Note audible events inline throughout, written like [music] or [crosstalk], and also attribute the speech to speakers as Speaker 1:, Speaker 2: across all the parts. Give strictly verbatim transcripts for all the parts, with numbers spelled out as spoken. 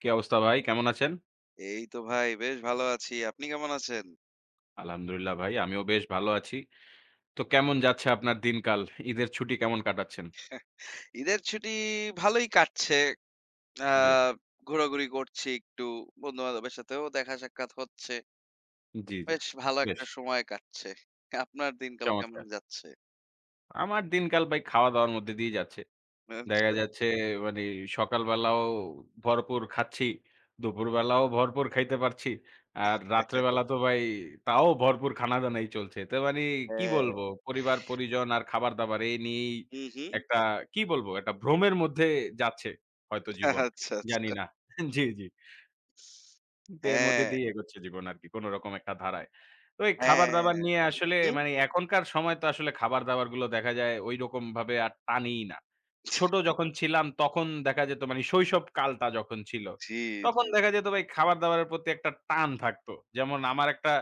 Speaker 1: কি অবস্থা ভাই? কেমন আছেন?
Speaker 2: এই তো ভাই বেশ ভালো আছি। আপনি কেমন আছেন?
Speaker 1: আলহামদুলিল্লাহ ভাই, আমিও বেশ ভালো আছি। তো কেমন যাচ্ছে আপনার দিনকাল? ঈদের ছুটি কেমন কাটাচ্ছেন?
Speaker 2: ঈদের ছুটি ভালোই কাটছে। আ
Speaker 1: জি,
Speaker 2: ঘোরাঘুরি করছি একটু, বন্ধু-বান্ধবের সাথেও দেখা সাক্ষাৎ হচ্ছে।
Speaker 1: জি, জি।
Speaker 2: বেশ ভালো
Speaker 1: বেশ
Speaker 2: একটা সময় কাটছে। আপনার দিনকাল কেমন
Speaker 1: চমৎকার!
Speaker 2: যাচ্ছে?
Speaker 1: আমার দিনকাল ভাই খাওয়া-দাওয়ার মধ্যে দিয়েই যাচ্ছে।
Speaker 2: আচ্ছা।
Speaker 1: দেখা যাচ্ছে মানে সকালবেলাও ভরপুর খাচ্ছি, দুপুরবেলাও ভরপুর খাইতে পারছি। আর রাত্রেবেলা তো ভাই তাও ভরপুর খানাদানাই চলছে। তো মানে কি
Speaker 2: হ্যাঁ।
Speaker 1: বলবো? পরিবার-পরিজন আর খাবার-দাবার এই নিয়েই
Speaker 2: হুম, হুম।
Speaker 1: একটা কি বলবো? একটা ভ্রমের মধ্যে যাচ্ছে হয়তো জীবন।
Speaker 2: আচ্ছা,
Speaker 1: জানি
Speaker 2: আচ্ছা।
Speaker 1: না। [laughs] জি, জি। কিন্তু এর মধ্যে
Speaker 2: হ্যাঁ,
Speaker 1: দিয়ে এগোচ্ছে জীবন আরকি কোনরকম একটা ধারায়। তো এই খাবার-দাবার
Speaker 2: হ্যাঁ।
Speaker 1: নিয়ে আসলে
Speaker 2: হুম?
Speaker 1: মানে এখনকার সময় তো আসলে খাবার-দাবার গুলো দেখা যায় ঐরকম ভাবে আর টানেই না। ছোট যখন ছিলাম তখন দেখা যেত মানে শৈশব কালটা যখন ছিল,
Speaker 2: জি,
Speaker 1: তখন
Speaker 2: জি।
Speaker 1: দেখা যেত ভাই খাবার-দাবারের প্রতি একটা টান থাকতো। যেমন আমার একটা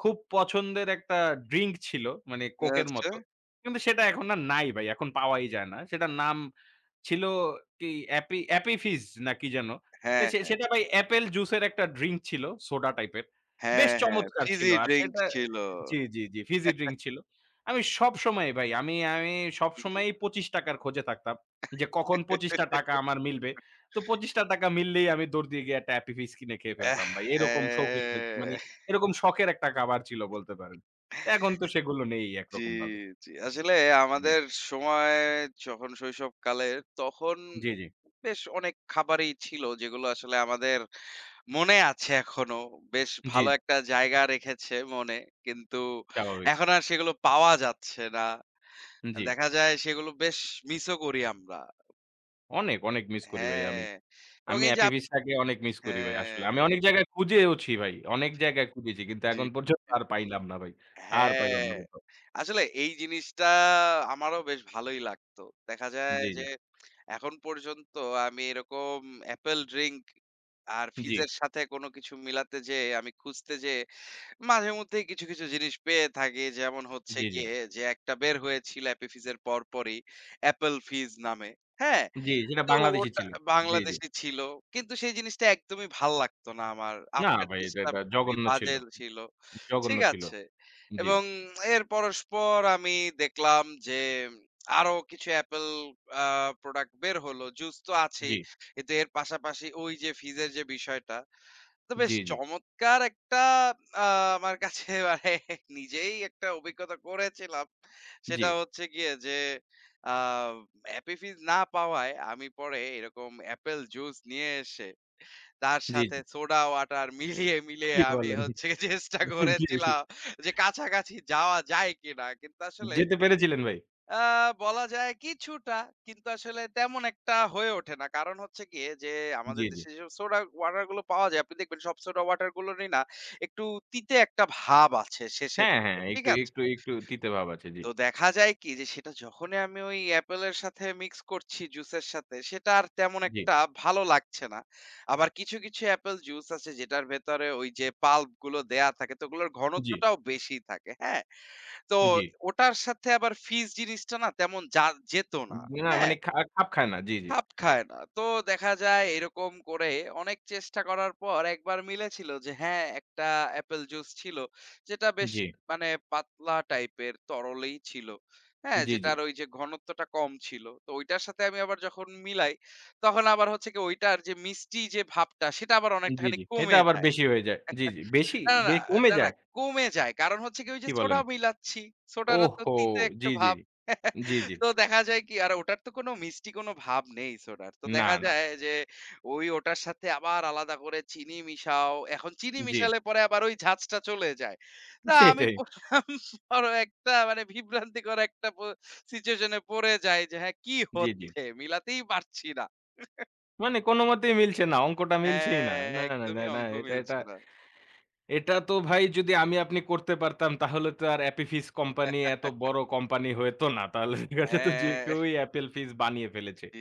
Speaker 1: খুব পছন্দের একটা ড্রিংক ছিল মানে কোকের
Speaker 2: আচ্ছা।
Speaker 1: মতো। কিন্তু সেটা এখন আর নাই ভাই, এখন পাওয়াই যায় না। সেটার নাম ছিল কি অ্যাপি অ্যাপি ফিজ না কি যেন? তো
Speaker 2: হ্যাঁ,
Speaker 1: সে
Speaker 2: হ্যাঁ।
Speaker 1: সেটা ভাই অ্যাপেল জুসের একটা ড্রিংক ছিল, সোডা টাইপের। বেশ
Speaker 2: হ্যাঁ, হ্যাঁ।
Speaker 1: চমৎকার ছিল।
Speaker 2: ফিজি
Speaker 1: আর
Speaker 2: ড্রিংক
Speaker 1: সেটা
Speaker 2: ছিল।
Speaker 1: জি, জি, জি, ফিজি ড্রিংক ছিল। আমি সবসময় ভাই আমি আমি
Speaker 2: হুম, হুম।
Speaker 1: সবসময়ই ৳পঁচিশ টাকা র খোঁজে থাকতাম। যে কখন ৳পঁচিশ টাকা আমার মিলবে। তো ৳পঁচিশ টাকা মিললেই আমি দৌড় দিয়ে গিয়ে একটা অ্যাপি ফিজ কিনে খেয়ে
Speaker 2: আহ
Speaker 1: ফেলতাম ভাই। এরকম শৌখিন থাক মানে
Speaker 2: হ্যাঁ।
Speaker 1: এরকম শখের একটা খাবার ছিল বলতে পারেন। এখন তো সেগুলো নেই
Speaker 2: জি,
Speaker 1: একরকম ভাবে।
Speaker 2: জি। আসলে
Speaker 1: জি,
Speaker 2: আমাদের সময় যখন শৈশবকালের তখন
Speaker 1: জি, জি,
Speaker 2: বেশ অনেক খাবারই ছিল যেগুলো আসলে আমাদের মনে আছে এখনো। বেশ
Speaker 1: জি,
Speaker 2: ভালো একটা জায়গা রেখেছে মনে। কিন্তু
Speaker 1: স্বাভাবিক।
Speaker 2: এখন আর সেগুলো পাওয়া যাচ্ছে না।
Speaker 1: জি।
Speaker 2: দেখা যায় সেগুলো বেশ মিসও করি আমরা।
Speaker 1: অনেক, অনেক মিস করি ভাই আমি।
Speaker 2: হ্যাঁ, এবং
Speaker 1: আমি
Speaker 2: এই যে
Speaker 1: হ্যাপি
Speaker 2: আপ
Speaker 1: পিসটাকে অনেক মিস করি ভাই আসলে।
Speaker 2: হ্যাঁ,
Speaker 1: আমি অনেক জায়গায় খুঁজেওছি ভাই। অনেক জায়গায় খুঁজেছি। কিন্তু
Speaker 2: জি,
Speaker 1: এখন পর্যন্ত
Speaker 2: জি।
Speaker 1: আর পাইলাম না ভাই। আর পাইলাম
Speaker 2: হ্যাঁ,
Speaker 1: না কোথাও।
Speaker 2: আসলে এই জিনিসটা আমারও বেশ ভালোই লাগতো। দেখা যায়
Speaker 1: জি, জি,
Speaker 2: যে এখন পর্যন্ত আমি এরকম অ্যাপেল ড্রিংক আর
Speaker 1: জি,
Speaker 2: ফিজের সাথে কোনো কিছু মিলাতে যেয়ে আমি খুঁজতে যেয়ে মাঝে মধ্যেই কিছু, কিছু জিনিস পেয়ে থাকি। যেমন হচ্ছে
Speaker 1: জি,
Speaker 2: গিয়ে যে একটা বের হয়েছিল অ্যাপি ফিজের পরপরই অ্যাপেল ফিজ নামে। হ্যাঁ?
Speaker 1: জি, জি, সেটা
Speaker 2: তো
Speaker 1: বাংলাদেশী
Speaker 2: ওটা
Speaker 1: ছিল। জি, জি।
Speaker 2: বাংলাদেশী ছিল। কিন্তু সেই জিনিসটা একদমই ভাল লাগতো না আমার।
Speaker 1: না
Speaker 2: আফটার
Speaker 1: ভাই
Speaker 2: টেস্ট
Speaker 1: এটা,
Speaker 2: টা
Speaker 1: এটা
Speaker 2: খুবই
Speaker 1: জঘন্য
Speaker 2: বাজে
Speaker 1: ছিল,
Speaker 2: ছিল।
Speaker 1: জঘন্য
Speaker 2: ঠিক
Speaker 1: ছিল।
Speaker 2: আছে?
Speaker 1: জি,
Speaker 2: এবং এর পরস্পর আমি দেখলাম যে আরো কিছু Apple আ প্রোডাক্ট বের হলো। জুস তো
Speaker 1: জি,
Speaker 2: আছেই। কিন্তু এর পাশাপাশি ওই যে ফিজের যে বিষয়টা তো বেশ
Speaker 1: জি, জি,
Speaker 2: চমৎকার একটা আ আমার কাছে [laughs] মানে নিজেই একটা অভিজ্ঞতা করেছিলাম।
Speaker 1: জি,
Speaker 2: সেটা হচ্ছে গিয়ে যে আ অ্যাপি ফিজ না পাওয়ায় আমি পরে এরকম অ্যাপেল জুস নিয়ে এসে তার
Speaker 1: জি,
Speaker 2: সাথে
Speaker 1: জি।
Speaker 2: সোডা ওয়াটার মিলিয়ে, মিলিয়ে
Speaker 1: কি
Speaker 2: আমি
Speaker 1: বলেন?
Speaker 2: হচ্ছে চেষ্টা
Speaker 1: জি, জি।
Speaker 2: করেছিলাম যে কাছাকাছি যাওয়া যায় কিনা। কিন্তু আসলে
Speaker 1: যেতে পেরেছিলেন ভাই?
Speaker 2: আ বলা যায় কিছুটা। কিন্তু আসলে তেমন একটা হয়ে ওঠে না। কারণ হচ্ছে গিয়ে যে
Speaker 1: জি,
Speaker 2: আমাদের
Speaker 1: জি।
Speaker 2: দেশে যেসব সোডা ওয়াটার গুলো পাওয়া যায়, আপনি দেখবেন সব সোডা ওয়াটার গুলোরই না একটু তিতে একটা ভাব আছে শেষের
Speaker 1: হ্যাঁ,
Speaker 2: দিকে।
Speaker 1: হ্যাঁ,
Speaker 2: ঠিক
Speaker 1: একটু,
Speaker 2: আছে?
Speaker 1: একটু, একটু তিতে ভাব আছে। জি,
Speaker 2: তো দেখা যায় কি যে সেটা যখনই আমি ওই অ্যাপেলের সাথে মিক্স করছি জুসের সাথে, সেটা আর তেমন
Speaker 1: জি,
Speaker 2: একটা ভালো লাগছে না। আবার কিছু, কিছু অ্যাপেল জুস আছে যেটার ভেতরে ওই যে পাল্প গুলো দেয়া থাকে তো ওগুলোর
Speaker 1: জি,
Speaker 2: ঘনত্বটাও বেশি থাকে। হ্যাঁ? তো
Speaker 1: জি।
Speaker 2: ওটার সাথে আবার ফিজ জিনিসটা না তেমন যা যেত না।
Speaker 1: না
Speaker 2: হ্যাঁ?
Speaker 1: মানে খা খাপ খায় না। জি, জি,
Speaker 2: খাপ খায় না। তো দেখা যায় এরকম করে অনেক চেষ্টা করার পর একবার মিলেছিল যে হ্যাঁ, একটা অ্যাপেল জুস ছিল। যেটা বেশ
Speaker 1: জি।
Speaker 2: মানে পাতলা টাইপের তরলেই ছিল। হ্যাঁ?
Speaker 1: জি, জি।
Speaker 2: যেটার ওই যে ঘনত্বটা কম ছিল। তো ওইটার সাথে আমি আবার যখন মিলাই তখন আবার হচ্ছে কি ওইটার যে মিষ্টি যে ভাবটা সেটা আবার
Speaker 1: জি,
Speaker 2: অনেকটাখানি
Speaker 1: জি। এটা
Speaker 2: কমে
Speaker 1: আবার
Speaker 2: যায়।
Speaker 1: বেশি হয়ে যায়। জি, জি। বেশি
Speaker 2: না,
Speaker 1: বে
Speaker 2: না,
Speaker 1: কমে
Speaker 2: না, না,
Speaker 1: যায়?
Speaker 2: কমে যায়। কারণ হচ্ছে কি ওই
Speaker 1: কি
Speaker 2: যে
Speaker 1: বলেন?
Speaker 2: সোডা মিলাচ্ছি। সোডাটা তো
Speaker 1: ওহহো!
Speaker 2: তিতে একটা
Speaker 1: জি, জি,
Speaker 2: ভাব।
Speaker 1: জি,
Speaker 2: [laughs]
Speaker 1: জি।
Speaker 2: তো দেখা যায় কি আর ওটার তো কোনো মিষ্টি কোনো ভাব নেই সোডার। তো
Speaker 1: না,
Speaker 2: দেখা
Speaker 1: না।
Speaker 2: যায় যে ওই ওটার সাথে আবার আলাদা করে চিনি মিশাও। এখন চিনি
Speaker 1: জি,
Speaker 2: মিশালে পরে আবার ওই ঝাঁজটা চলে যায়। না আমি
Speaker 1: সেটাই।
Speaker 2: পড়লাম [laughs] বড় একটা মানে বিভ্রান্তিকর একটা প সিচুয়েশন এ পড়ে যাই যে হ্যাঁ, কি
Speaker 1: জি, জি।
Speaker 2: হচ্ছে? মিলাতেই পারছি না।
Speaker 1: মানে কোনমতেই মিলছে না। অঙ্কটা মিলছেই না।
Speaker 2: হ্যাঁ,
Speaker 1: না, না, না,
Speaker 2: একদমই
Speaker 1: না।
Speaker 2: অঙ্ক
Speaker 1: এটা, এটা
Speaker 2: মিলছে না।
Speaker 1: এটা তো ভাই যদি আমি আপনি করতে পারতাম তাহলে তো আর অ্যাপি ফিজ কোম্পানি এত
Speaker 2: [laughs]
Speaker 1: বড় কোম্পানি হইতো না। তাহলে দেখা যেত যে
Speaker 2: হ্যাঁ।
Speaker 1: কেউই অ্যাপেল ফিজ বানিয়ে ফেলেছে।
Speaker 2: জি,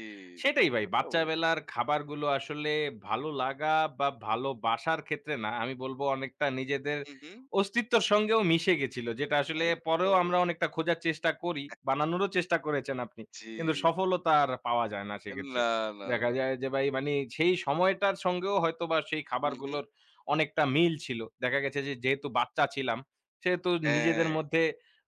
Speaker 2: জি,
Speaker 1: সেটাই ভাই
Speaker 2: তা তো অবশ্যই।
Speaker 1: বাচ্চাবেলার খাবারগুলো আসলে ভালো লাগা বা ভালোবাসার ক্ষেত্রে না আমি বলবো অনেকটা নিজেদের
Speaker 2: হু, হু।
Speaker 1: অস্তিত্বর সঙ্গেও মিশে গেছিল। যেটা আসলে পরেও
Speaker 2: একদম।
Speaker 1: আমরা অনেকটা খোঁজার চেষ্টা করি। বানানোরও চেষ্টা করেছেন আপনি।
Speaker 2: জি।
Speaker 1: কিন্তু সফলতা আর পাওয়া যায় না সেক্ষেত্রে।
Speaker 2: না, না,
Speaker 1: দেখা
Speaker 2: না।
Speaker 1: যায় যে ভাই মানে সেই সময়টার সঙ্গেও হয়তোবা সেই
Speaker 2: হু, হু।
Speaker 1: খাবারগুলোর অনেকটা মিল ছিল। দেখা গেছে যে যেহেতু বাচ্চা ছিলাম, সেহেতু নিজেদের
Speaker 2: হ্যাঁ,
Speaker 1: মধ্যে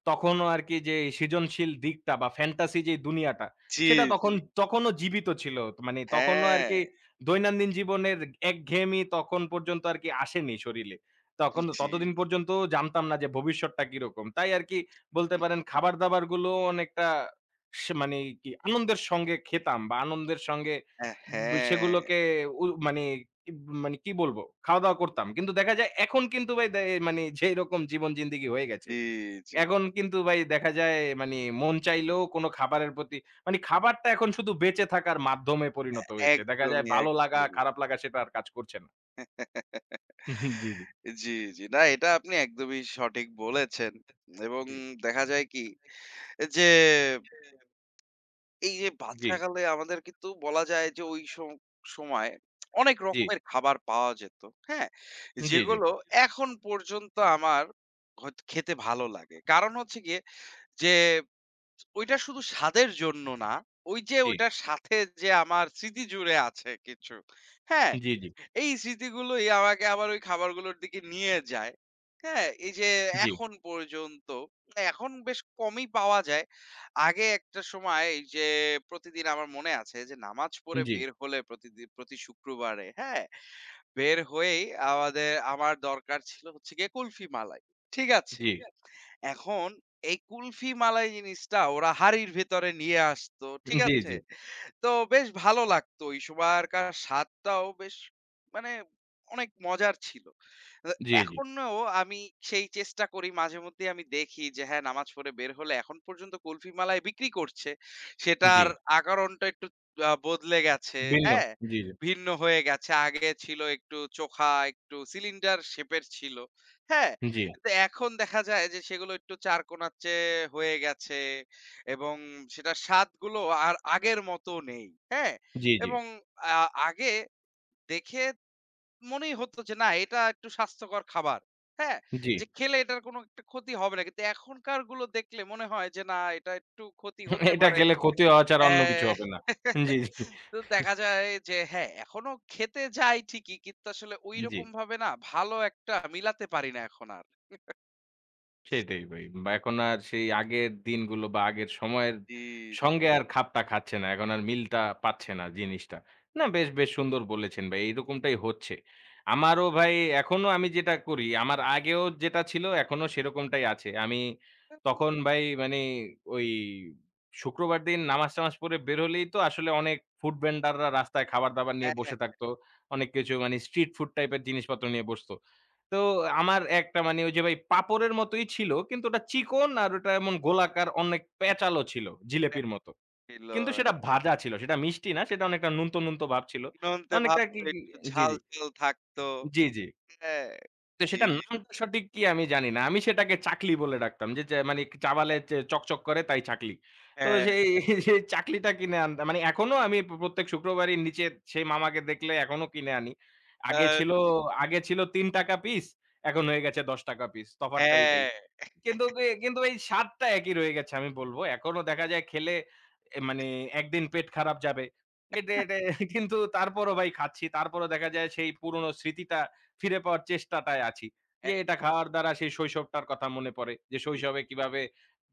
Speaker 1: তখনও আরকি যে সৃজনশীল দিকটা বা ফ্যান্টাসি যে দুনিয়াটা,
Speaker 2: জি,
Speaker 1: সেটা
Speaker 2: জি।
Speaker 1: তখন তখনও জীবিত ছিল। মানে তখনও
Speaker 2: হ্যাঁ,
Speaker 1: আরকি দৈনন্দিন জীবনের একঘেয়েমি তখন পর্যন্ত আরকি আসেনি শরীলে। তখন
Speaker 2: জি।
Speaker 1: ততদিন পর্যন্ত জানতাম না যে ভবিষ্যৎটা কিরকম। তাই আরকি বলতে পারেন খাবার-দাবারগুলোও অনেকটা সে মানে কি আনন্দের সঙ্গে খেতাম বা আনন্দের সঙ্গে
Speaker 2: আ
Speaker 1: ব
Speaker 2: হ্যাঁ,
Speaker 1: সেগুলোকে উ মানে ইব মানে কি বলবো? খাওয়া-দাওয়া করতাম। কিন্তু দেখা যায় এখন কিন্তু ভাই দে মানে যেইরকম জীবন জিন্দেগি হয়ে গেছে।
Speaker 2: জি, জি।
Speaker 1: এখন কিন্তু ভাই দেখা যায় মানে মন চাইলেও কোনো খাবারের প্রতি মানে খাবারটা এখন শুধু বেঁচে থাকার মাধ্যমে পরিণত হয়েছে। দেখা যায়
Speaker 2: একদমই,
Speaker 1: ভালো লাগা,
Speaker 2: একদমই।
Speaker 1: খারাপ লাগা সেটা আর কাজ করছে না। [laughs] জি, জি।
Speaker 2: জি, জি। না এটা আপনি একদমই সঠিক বলেছেন। এবং
Speaker 1: জি।
Speaker 2: দেখা যায় কি যে এই যে
Speaker 1: জি,
Speaker 2: বাচ্চাকালে আমাদের কিন্তু বলা যায় যে ওই সম সময় অনেক
Speaker 1: জি,
Speaker 2: রকমের খাবার পাওয়া যেত। হ্যাঁ?
Speaker 1: জি, জি,
Speaker 2: যেগুলো এখন পর্যন্ত আমার হয়তো খেতে ভালো লাগে। কারণ হচ্ছে গিয়ে যে ওইটা শুধু স্বাদের জন্য না, ওই যে
Speaker 1: জি,
Speaker 2: ওইটার সাথে যে আমার স্মৃতি জুড়ে আছে কিছু। হ্যাঁ?
Speaker 1: জি, জি,
Speaker 2: এই স্মৃতিগুলোই আমাকে আবার ওই খাবারগুলোর দিকে নিয়ে যায়। হ্যাঁ? এই যে
Speaker 1: জি,
Speaker 2: এখন পর্যন্ত, এখন বেশ কমই পাওয়া যায়। আগে একটা সময় এই যে প্রতিদিন আমার মনে আছে যে নামাজ
Speaker 1: জি,
Speaker 2: পড়ে
Speaker 1: জি,
Speaker 2: বের হলে প্রতিদি প্রতি শুক্রবারে, হ্যাঁ? বের হয়েই আমাদের আমার দরকার ছিল হচ্ছে গিয়ে কুলফি মালাই। ঠিক আছে?
Speaker 1: জি,
Speaker 2: এখন এই কুলফি মালাই জিনিসটা ওরা হাঁড়ির ভেতরে নিয়ে আসতো। ঠিক আছে?
Speaker 1: জি,
Speaker 2: তো বেশ ভালো লাগতো ওই সময়কার স্বাদটাও বেশ মানে অনেক মজার ছিল। আ
Speaker 1: জি, জি,
Speaker 2: এখনো আমি সেই চেষ্টা করি মাঝেমধ্যেই আমি দেখি যে হ্যাঁ, নামাজ পড়ে বের হলে এখন পর্যন্ত কুলফি মালাই বিক্রি করছে।
Speaker 1: জি,
Speaker 2: সেটার আকারণটা একটু আ বদলে গেছে।
Speaker 1: ভিন্ন।
Speaker 2: হ্যাঁ?
Speaker 1: জি, জি,
Speaker 2: ভিন্ন হয়ে গেছে। আগে ছিল একটু চোখা, একটু সিলিন্ডার শেপের ছিল। হ্যাঁ?
Speaker 1: জি,
Speaker 2: তো এখন দেখা যায় যে সেগুলো একটু চারকোনার চেয়ে হয়ে গেছে এবং সেটার স্বাদগুলো আর আগের মতো নেই। হ্যাঁ?
Speaker 1: জি, জি,
Speaker 2: এবং আ আগে দেখে মনেই হতো যে না এটা একটু স্বাস্থ্যকর খাবার। হ্যাঁ?
Speaker 1: জি।
Speaker 2: যে খেলে এটার কোনো একটা ক্ষতি হবে না। কিন্তু এখনকার গুলো দেখলে মনে হয় যে না এটা একটু ক্ষতি হতে
Speaker 1: এটা
Speaker 2: পারে।
Speaker 1: খেলে ক্ষতি হওয়া ছাড়া অন্য কিছু
Speaker 2: হ্যাঁ।
Speaker 1: হবে না। জি, জি।
Speaker 2: তো দেখা যায় যে হ্যাঁ, এখনো খেতে যাই ঠিকই কিন্তু আসলে
Speaker 1: জি।
Speaker 2: ঐরকম ভাবে না ভালো একটা মিলাতে পারি না এখন আর।
Speaker 1: সেটাই ভাই। বা এখন আর সেই আগের দিনগুলো বা আগের সময়ের
Speaker 2: জি, জি।
Speaker 1: সঙ্গে আর খাপটা খাচ্ছে না। এখন আর মিলটা পাচ্ছে না জিনিসটা। না বেশ, বেশ সুন্দর বলেছেন ভাই। এইরকমটাই হচ্ছে। আমারও ভাই এখনো আমি যেটা করি, আমার আগেও যেটা ছিল এখনো সেরকমটাই আছে। আমি তখন ভাই মানে ওই শুক্রবার দিন নামাজ-টামাজ পড়ে বের হলেই তো আসলে অনেক ফুড ভেন্ডাররা রাস্তায় খাবার-দাবার নিয়ে
Speaker 2: হ্যাঁ,
Speaker 1: বসে থাকতো। অনেক কিছু মানে স্ট্রিট ফুড টাইপের জিনিসপত্র নিয়ে বসতো। তো আমার একটা মানে ওই যে ভাই পাঁপড়ের মতোই ছিল কিন্তু ওটা চিকন আর ওটা এমন গোলাকার অনেক প্যাঁচালো ছিল
Speaker 2: একটা
Speaker 1: জিলেপির মতো।
Speaker 2: ছিল।
Speaker 1: কিন্তু সেটা ভাজা ছিল। সেটা মিষ্টি না, সেটা অনেকটা নুনতো, নুনতো ভাব ছিল।
Speaker 2: চিনন্তে
Speaker 1: অনেকটা কি,
Speaker 2: ভাবতো
Speaker 1: কি
Speaker 2: একটু
Speaker 1: জি,
Speaker 2: ঝাল,
Speaker 1: জি।
Speaker 2: ঝাল থাকতো।
Speaker 1: জি, জি।
Speaker 2: হ্যাঁ,
Speaker 1: তো
Speaker 2: জি,
Speaker 1: সেটার নামটা সঠিক কি আমি জানি না। আমি সেটাকে চাকলি বলে ডাকতাম। যে চা মানে চাবালে চে চকচক করে তাই চাকলি। তো
Speaker 2: হ্যাঁ,
Speaker 1: সেই [laughs] সেই চাকলিটা কিনে আনতাম। মানে এখনো আমি প্র প্রত্যেক শুক্রবারই নিচে সেই মামাকে দেখলে এখনো কিনে আনি। আগে
Speaker 2: আ
Speaker 1: ছিল আগে ছিল ৳তিন টাকা পিস এখন হয়ে গেছে ৳দশ টাকা পিস। তফাৎটা এইটাই।
Speaker 2: হ্যাঁ,
Speaker 1: কিন্তু কি কিন্তু এই স্বাদটা একই রয়ে গেছে আমি বলব। এখনো দেখা যায় খেলে এ মানে একদিন পেট খারাপ যাবে। এটে এটে [laughs] কিন্তু তারপরও ভাই খাচ্ছি। তারপরও দেখা যায় সেই পুরনো স্মৃতিটা ফিরে পাওয়ার চেষ্টাটায় আছি। যে
Speaker 2: একদমই।
Speaker 1: এটা খাওয়ার দ্বারা সেই শৈশবটার কথা মনে পড়ে। যে শৈশবে কিভাবে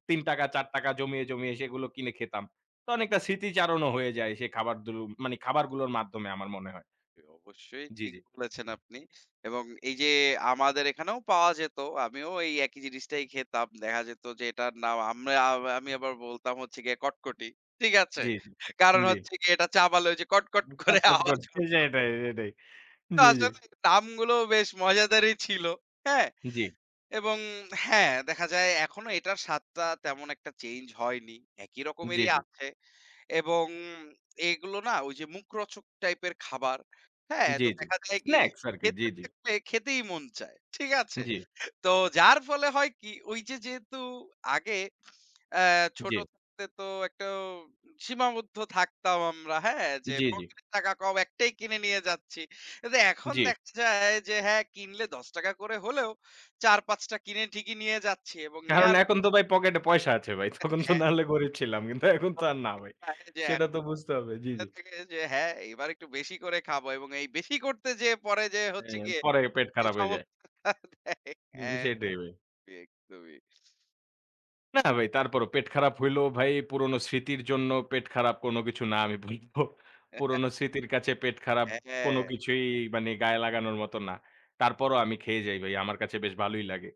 Speaker 1: ৳তিন টাকা ৳চার টাকা জমিয়ে, জমিয়ে সেগুলো কিনে খেতাম। তো অনেকটা স্মৃতিচারণও হয়ে যায় সেই খাবার দুলু মানে খাবারগুলোর মাধ্যমে আমার মনে হয়।
Speaker 2: অবশ্যই
Speaker 1: জি,
Speaker 2: ঠিক
Speaker 1: জি।
Speaker 2: বলেছেন আপনি। এবং এই যে আমাদের এখানেও পাওয়া যেত। আমিও এই একই জিনিসটাই খেতাম। দেখা যেত যে এটার নাম আমরা আ- আমি আবার বলতাম হচ্ছে গিয়ে কটকটি। ঠিক আছে?
Speaker 1: জি, জি।
Speaker 2: কারণ
Speaker 1: জি।
Speaker 2: হচ্ছে গিয়ে এটা চাবালে ওই যে কটকট করে
Speaker 1: খটখট
Speaker 2: আওয়াজ
Speaker 1: করছে
Speaker 2: হত।
Speaker 1: সেটাই, সেটাই।
Speaker 2: তো
Speaker 1: জি, জি।
Speaker 2: আসলে নামগুলো বেশ মজাদারই ছিল। হ্যাঁ?
Speaker 1: জি,
Speaker 2: এবং হ্যাঁ, দেখা যায় এখনো এটার স্বাদটা তেমন একটা চেঞ্জ হয়নি। একই
Speaker 1: জি,
Speaker 2: রকমেরই
Speaker 1: জি।
Speaker 2: আছে। এবং এগুলো না ওই যে মুখরোচক টাইপের খাবার। হ্যাঁ, তো
Speaker 1: জি, জি।
Speaker 2: দেখা যায় কি যে
Speaker 1: স্ন্যাকস আরকি।
Speaker 2: খেতে
Speaker 1: জি, জি।
Speaker 2: থাকলে খেতেই মন চায়। ঠিক আছে?
Speaker 1: জি,
Speaker 2: তো যার ফলে হয় কি ওই যে যেহেতু আগে অ্যা ছোট
Speaker 1: জি,
Speaker 2: থাকতে তো একটা সীমাবদ্ধ থাকতাম আমরা। হ্যাঁ? যে
Speaker 1: জি, জি,
Speaker 2: পকেটে টাকা কম একটাই কিনে নিয়ে যাচ্ছি। কিন্তু এখন
Speaker 1: জি।
Speaker 2: দেখা যায় যে হ্যাঁ, কিনলে ৳দশ টাকা করে হলেও চার পাঁচ টা কিনে ঠিকই নিয়ে যাচ্ছি এবং
Speaker 1: কারণ
Speaker 2: নেয়ার
Speaker 1: এখন তো ভাই পকেটে পয়সা আছে ভাই। তখন তো না হলে গরিব ছিলাম। কিন্তু এখন তো আর না ভাই।
Speaker 2: হ্যাঁ, যে
Speaker 1: সেটা তো বুঝতে হবে। জি,
Speaker 2: মনে
Speaker 1: জি।
Speaker 2: থাকে যে হ্যাঁ, এবার একটু বেশি করে খাবো এবং এই বেশি করতে যেয়ে পরে যেয়ে হচ্ছে
Speaker 1: অ্যা
Speaker 2: গিয়ে
Speaker 1: পরে পেট
Speaker 2: যে
Speaker 1: খারাপ হয়ে যায়।
Speaker 2: সমস্যাটা [laughs] দেয়।
Speaker 1: হুম,
Speaker 2: হ্যাঁ,
Speaker 1: সেটাই ভাই।
Speaker 2: একদমই।
Speaker 1: না ভাই তারপরও পেট খারাপ হইলেও ভাই পুরোনো স্মৃতির জন্য পেট খারাপ কোনো কিছু না আমি বলব। পুরোনো স্মৃতির কাছে পেট খারাপ
Speaker 2: হ্যাঁ,
Speaker 1: কোনো
Speaker 2: হ্যাঁ,
Speaker 1: কিছুই মানে গায়ে লাগানোর মতো না। তারপরও আমি খেয়ে যাই ভাই। আমার কাছে বেশ ভালোই লাগে।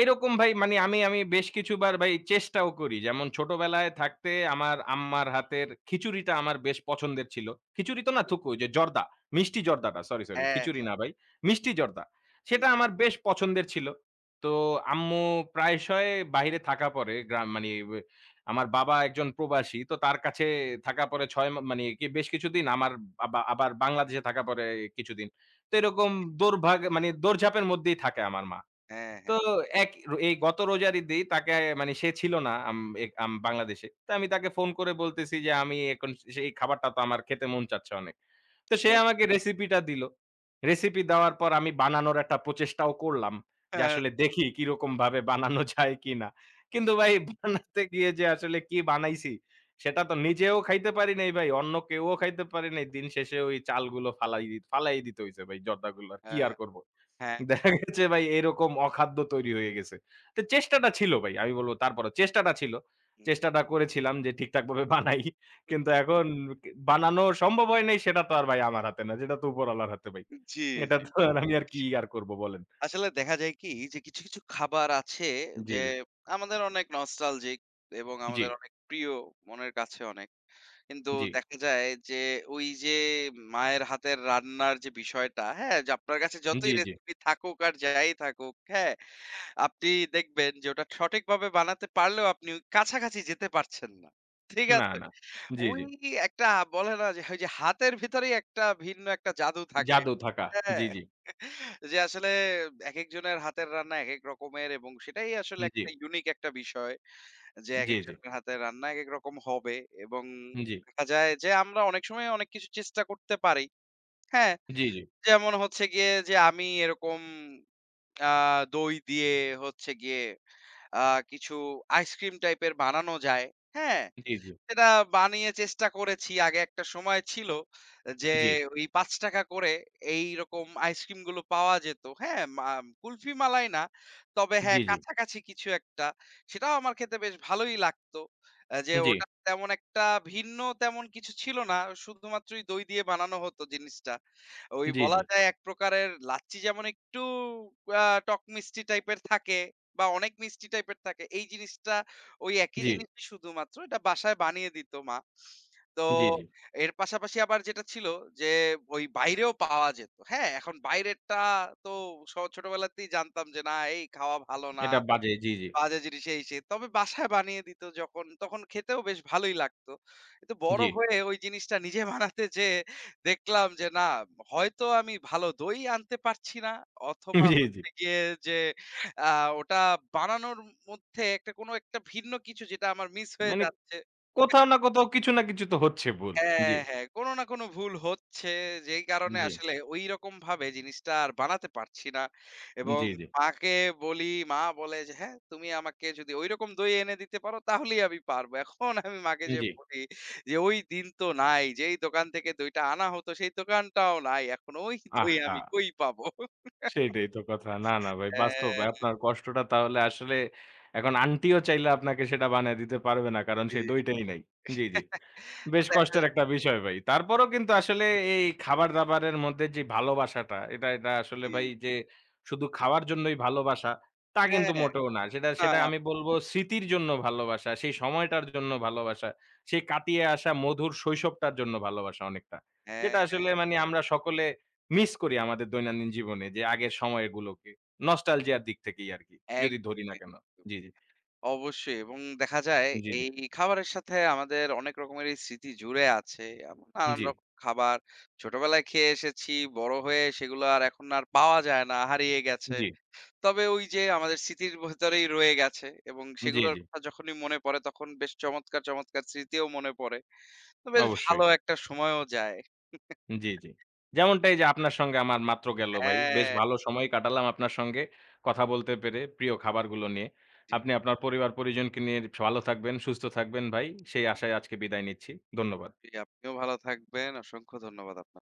Speaker 1: এরকম ভাই মানে আমি আমি বেশ কিছুবার ভাই চেষ্টাও করি। যেমন ছোটবেলায় থাকতে আমার আম্মার হাতের খিচুড়িটা আমার বেশ পছন্দের ছিল। খিচুড়ি তো না থুকু ওই যে জর্দা, মিষ্টি জর্দাটা সরি, সরি
Speaker 2: হ্যাঁ,
Speaker 1: খিচুড়ি না ভাই, মিষ্টি জর্দা।
Speaker 2: হ্যাঁ,
Speaker 1: সেটা আমার বেশ পছন্দের ছিল। তো আম্মু প্রায়শই বাহিরে থাকা পরে গ্রাম মানে বে আমার বাবা একজন প্রবাসী। তো তার কাছে থাকা পরে ছয় মা মানে কি বেশ কিছুদিন আমার আবা আবার বাংলাদেশে থাকা পরে কিছুদিন। তো এরকম দৌড়ভাগ মানে দৌড়ঝাঁপের মধ্যেই থাকে আমার মা।
Speaker 2: হ্যাঁ,
Speaker 1: তো এক এই গত রোজার ঈদেই তাকে মানে সে ছিল না আম এক আম বাংলাদেশে। তো আমি তাকে ফোন করে বলতেছি যে, "আমি এখন সেই খাবারটা তো আমার খেতে মন চাচ্ছে অনেক।" তো সে
Speaker 2: হ্যাঁ,
Speaker 1: আমাকে রেসিপিটা দিল। রেসিপি দেওয়ার পর আমি বানানোর একটা প্রচেষ্টাও করলাম। যে আসলে দেখি কিরকম ভাবে বানানো যায় কিনা। কিন্তু ভাই বানাতে গিয়ে যে আসলে কি বানাইছি, সেটা তো নিজেও খাইতে পারি নাই ভাই। অন্য কেউও খাইতে পারে নাই। দিন শেষে ওই চালগুলো ফালাই দি ফালাই দিতে হইছে ভাই জর্দাগুলো। আর কি
Speaker 2: হ্যাঁ,
Speaker 1: আর করব?
Speaker 2: হ্যাঁ,
Speaker 1: দেখা গেছে ভাই এরকম অখাদ্য তৈরি হয়ে গেছে। তো চেষ্টাটা ছিল ভাই। আমি বলব তারপরেও চেষ্টাটা ছিল। চেষ্টাটা করেছিলাম যে ঠিকঠাকভাবে বানাই। কিন্তু এখন কে বানানো সম্ভব হয় নাই সেটা তো আর ভাই আমার হাতে না। সেটা তো উপরওয়ালার হাতে ভাই।
Speaker 2: জি,
Speaker 1: এটা
Speaker 2: জি।
Speaker 1: তো আর আমি আর কি আর করব বলেন?
Speaker 2: আসলে দেখা যায় কি যে কিছু, কিছু খাবার আছে
Speaker 1: জি,
Speaker 2: যে আমাদের অনেক নস্টালজিক এবং
Speaker 1: জি,
Speaker 2: আমাদের অনেক প্রিয় মনের কাছে অনেক। কিন্তু
Speaker 1: জি,
Speaker 2: দেখা যায় যে ওই যে মায়ের হাতের রান্নার যে বিষয়টা, হ্যাঁ? যে আপনার কাছে
Speaker 1: জি,
Speaker 2: যতই
Speaker 1: জি।
Speaker 2: রেসিপি থাকুক আর যাই থাকুক, হ্যাঁ? আপনি দেখবেন যে ওটা সঠিকভাবে বানাতে পারলেও আপনি ওই কাছাকাছি যেতে পারছেন না। ঠিক
Speaker 1: না,
Speaker 2: আছে?
Speaker 1: না। জি,
Speaker 2: ওই
Speaker 1: জি।
Speaker 2: একটা বলে না যে ওই যে হাতের ভিতরেই একটা ভিন্ন একটা জাদু থাকে।
Speaker 1: জাদু থাকা।
Speaker 2: হ্যাঁ?
Speaker 1: জি, জি,
Speaker 2: যে আসলে একেকজনের হাতের রান্না একেক রকমের এবং সেটাই আসলে
Speaker 1: জি, জি,
Speaker 2: একটা ইউনিক একটা বিষয়। যে
Speaker 1: জি,
Speaker 2: একেক
Speaker 1: জি,
Speaker 2: জনের হাতের রান্না একেক রকম হবে এবং
Speaker 1: জি,
Speaker 2: দেখা যায় যে আমরা অনেক সময় অনেক কিছু চেষ্টা করতে পারি। হ্যাঁ?
Speaker 1: জি, জি,
Speaker 2: যেমন হচ্ছে গিয়ে যে আমি এরকম আ দই দিয়ে হচ্ছে গিয়ে আ কিছু আইসক্রিম টাইপের বানানো যায়। হ্যাঁ?
Speaker 1: জি, জি, জি,
Speaker 2: সেটা বানিয়ে চেষ্টা করেছি। আগে একটা সময় ছিল যে
Speaker 1: জি,
Speaker 2: ওই ৳পাঁচ টাকা করে এইরকম আইসক্রিমগুলো পাওয়া যেত। হ্যাঁ, মা কুলফি মালাই না। তবে
Speaker 1: জি,
Speaker 2: হ্যাঁ,
Speaker 1: জি,
Speaker 2: কাছাকাছি কিছু একটা। সেটাও আমার খেতে বেশ ভালোই লাগতো। আ যে ওটা তেমন একটা ভিন্ন তেমন কিছু ছিল না। শুধুমাত্রই দই দিয়ে বানানো হতো জিনিসটা। ওই বলা যায় এক প্রকারের লাচ্ছি যেমন একটু আ টক মিষ্টি টাইপের থাকে বা অনেক মিষ্টি টাইপের থাকে। এই জিনিসটা ওই একই জিনিসই শুধুমাত্র এটা বাসায় বানিয়ে দিত মা। তো
Speaker 1: জি, জি, জি।
Speaker 2: এর পাশাপাশি আবার যেটা ছিল যে ওই বাইরেও পাওয়া যেত। হ্যাঁ? এখন বাইরেরটা তো স ছোটবেলাতেই জানতাম যে না এই খাওয়া ভালো না।
Speaker 1: এটা বাজে। জি, জি,
Speaker 2: বাজে জিনিস এই সেই। তবে বাসায় বানিয়ে দিত যখন, তখন খেতেও বেশ ভালোই লাগতো। কিন্তু বড়
Speaker 1: জি,
Speaker 2: হয়ে ওই জিনিসটা নিজে [laughs] বানাতে যেয়ে দেখলাম যে না, হয়তো আমি ভালো দই আনতে পারছি না অথবা
Speaker 1: জি, জি।
Speaker 2: হচ্ছে গিয়ে যে আ ওটা বানানোর মধ্যে একটা কোনো একটা ভিন্ন কিছু যেটা আমার মিস হয়ে
Speaker 1: মানে
Speaker 2: যাচ্ছে।
Speaker 1: কোথাও না কোথাও কিছু না কিছু তো হচ্ছে ভুল। জি,
Speaker 2: হ্যাঁ, হ্যাঁ। কোন না কোন ভুল হচ্ছে যেই কারণে
Speaker 1: জি,
Speaker 2: আসলে ঐরকম ভাবে জিনিসটা আর বানাতে পারছি না। এবং
Speaker 1: জি, জি,
Speaker 2: মাকে বলি, মা বলে যে, "হ্যাঁ, তুমি আমাকে যদি ঐরকম দই এনে দিতে পারো তাহলেই আমি পারবো।" এখন আমি মাকে যেয়ে
Speaker 1: জি।
Speaker 2: বলি যে, "ওই দিন তো নাই। যেই দোকান থেকে দইটা আনা হতো সেই দোকানটাও নাই। এখন ওই দই
Speaker 1: আহা!
Speaker 2: আমি কই পাবো?"
Speaker 1: সেটাই তো কথা। না, না ভাই বাস্তব
Speaker 2: হ্যাঁ,
Speaker 1: আপনার কষ্টটা তাহলে আসলে এখন আন্টিও চাইলে আপনাকে সেটা বানায় দিতে পারবে না। কারণ
Speaker 2: জি।
Speaker 1: সেই দইটাই নাই। জি, জি।
Speaker 2: তো
Speaker 1: বেশ
Speaker 2: দেখা
Speaker 1: কষ্টের
Speaker 2: যায়-
Speaker 1: একটা বিষয় ভাই। তারপরেও কিন্তু আসলে এই খাবার-দাবারের মধ্যে যে ভালোবাসাটা, এটা এটা আসলে
Speaker 2: জি।
Speaker 1: ভাই যে শুধু খাওয়ার জন্যই ভালোবাসা, তা
Speaker 2: হ্যাঁ,
Speaker 1: কিন্তু মোটেও না। সেটা
Speaker 2: না,
Speaker 1: সেটা আমি বলব স্মৃতির জন্য ভালোবাসা, সেই সময়টার জন্য ভালোবাসা, সেই কাটিয়ে আসা মধুর শৈশবটার জন্য ভালোবাসা অনেকটা। যেটা
Speaker 2: হ্যাঁ,
Speaker 1: আসলে মানে আমরা সকলে মিস করি আমাদের দৈনন্দিন জীবনে যে আগের সময়গুলোকে। নস্টালজিয়ার দিক থেকেই আরকি। যদি
Speaker 2: একদমই।
Speaker 1: ধরি না কেন। জি, জি।
Speaker 2: অবশ্যই এবং দেখা যায়
Speaker 1: জি, জি।
Speaker 2: এই খাবারের সাথে আমাদের অনেক রকমেরই স্মৃতি জুড়ে আছে। এমন নানান
Speaker 1: জি,
Speaker 2: রকম খাবার ছোটবেলায় খেয়ে এসেছি, বড় হয়ে সেগুলো আর এখন আর পাওয়া যায় না, হারিয়ে গেছে।
Speaker 1: জি,
Speaker 2: তবে ওই যে আমাদের স্মৃতির ভেতরেই রয়ে গেছে এবং
Speaker 1: জি,
Speaker 2: সেগুলোর
Speaker 1: জি।
Speaker 2: কথা যখনই মনে পড়ে তখন বেশ চমৎকার, চমৎকার স্মৃতিও মনে পড়ে। তো বেশ
Speaker 1: অবশ্যই।
Speaker 2: ভালো একটা সময়ও যায়।
Speaker 1: জি, জি। যেমনটা এই যে আপনার সঙ্গে আমার মাত্র গেল ভাই। বেশ
Speaker 2: হ্যাঁ,
Speaker 1: ভালো সময় কাটালাম আপনার সঙ্গে কথা বলতে পেরে প্রিয় খাবারগুলো নিয়ে।
Speaker 2: জি,
Speaker 1: আপনি আপনার পরিবার-পরিজনকে নিয়ে ভালো থাকবেন, সুস্থ থাকবেন ভাই। সেই আশায় আজকে বিদায় নিচ্ছি। ধন্যবাদ।
Speaker 2: জি, আপনিও ভালো থাকবেন। অসংখ্য ধন্যবাদ আপনাকে।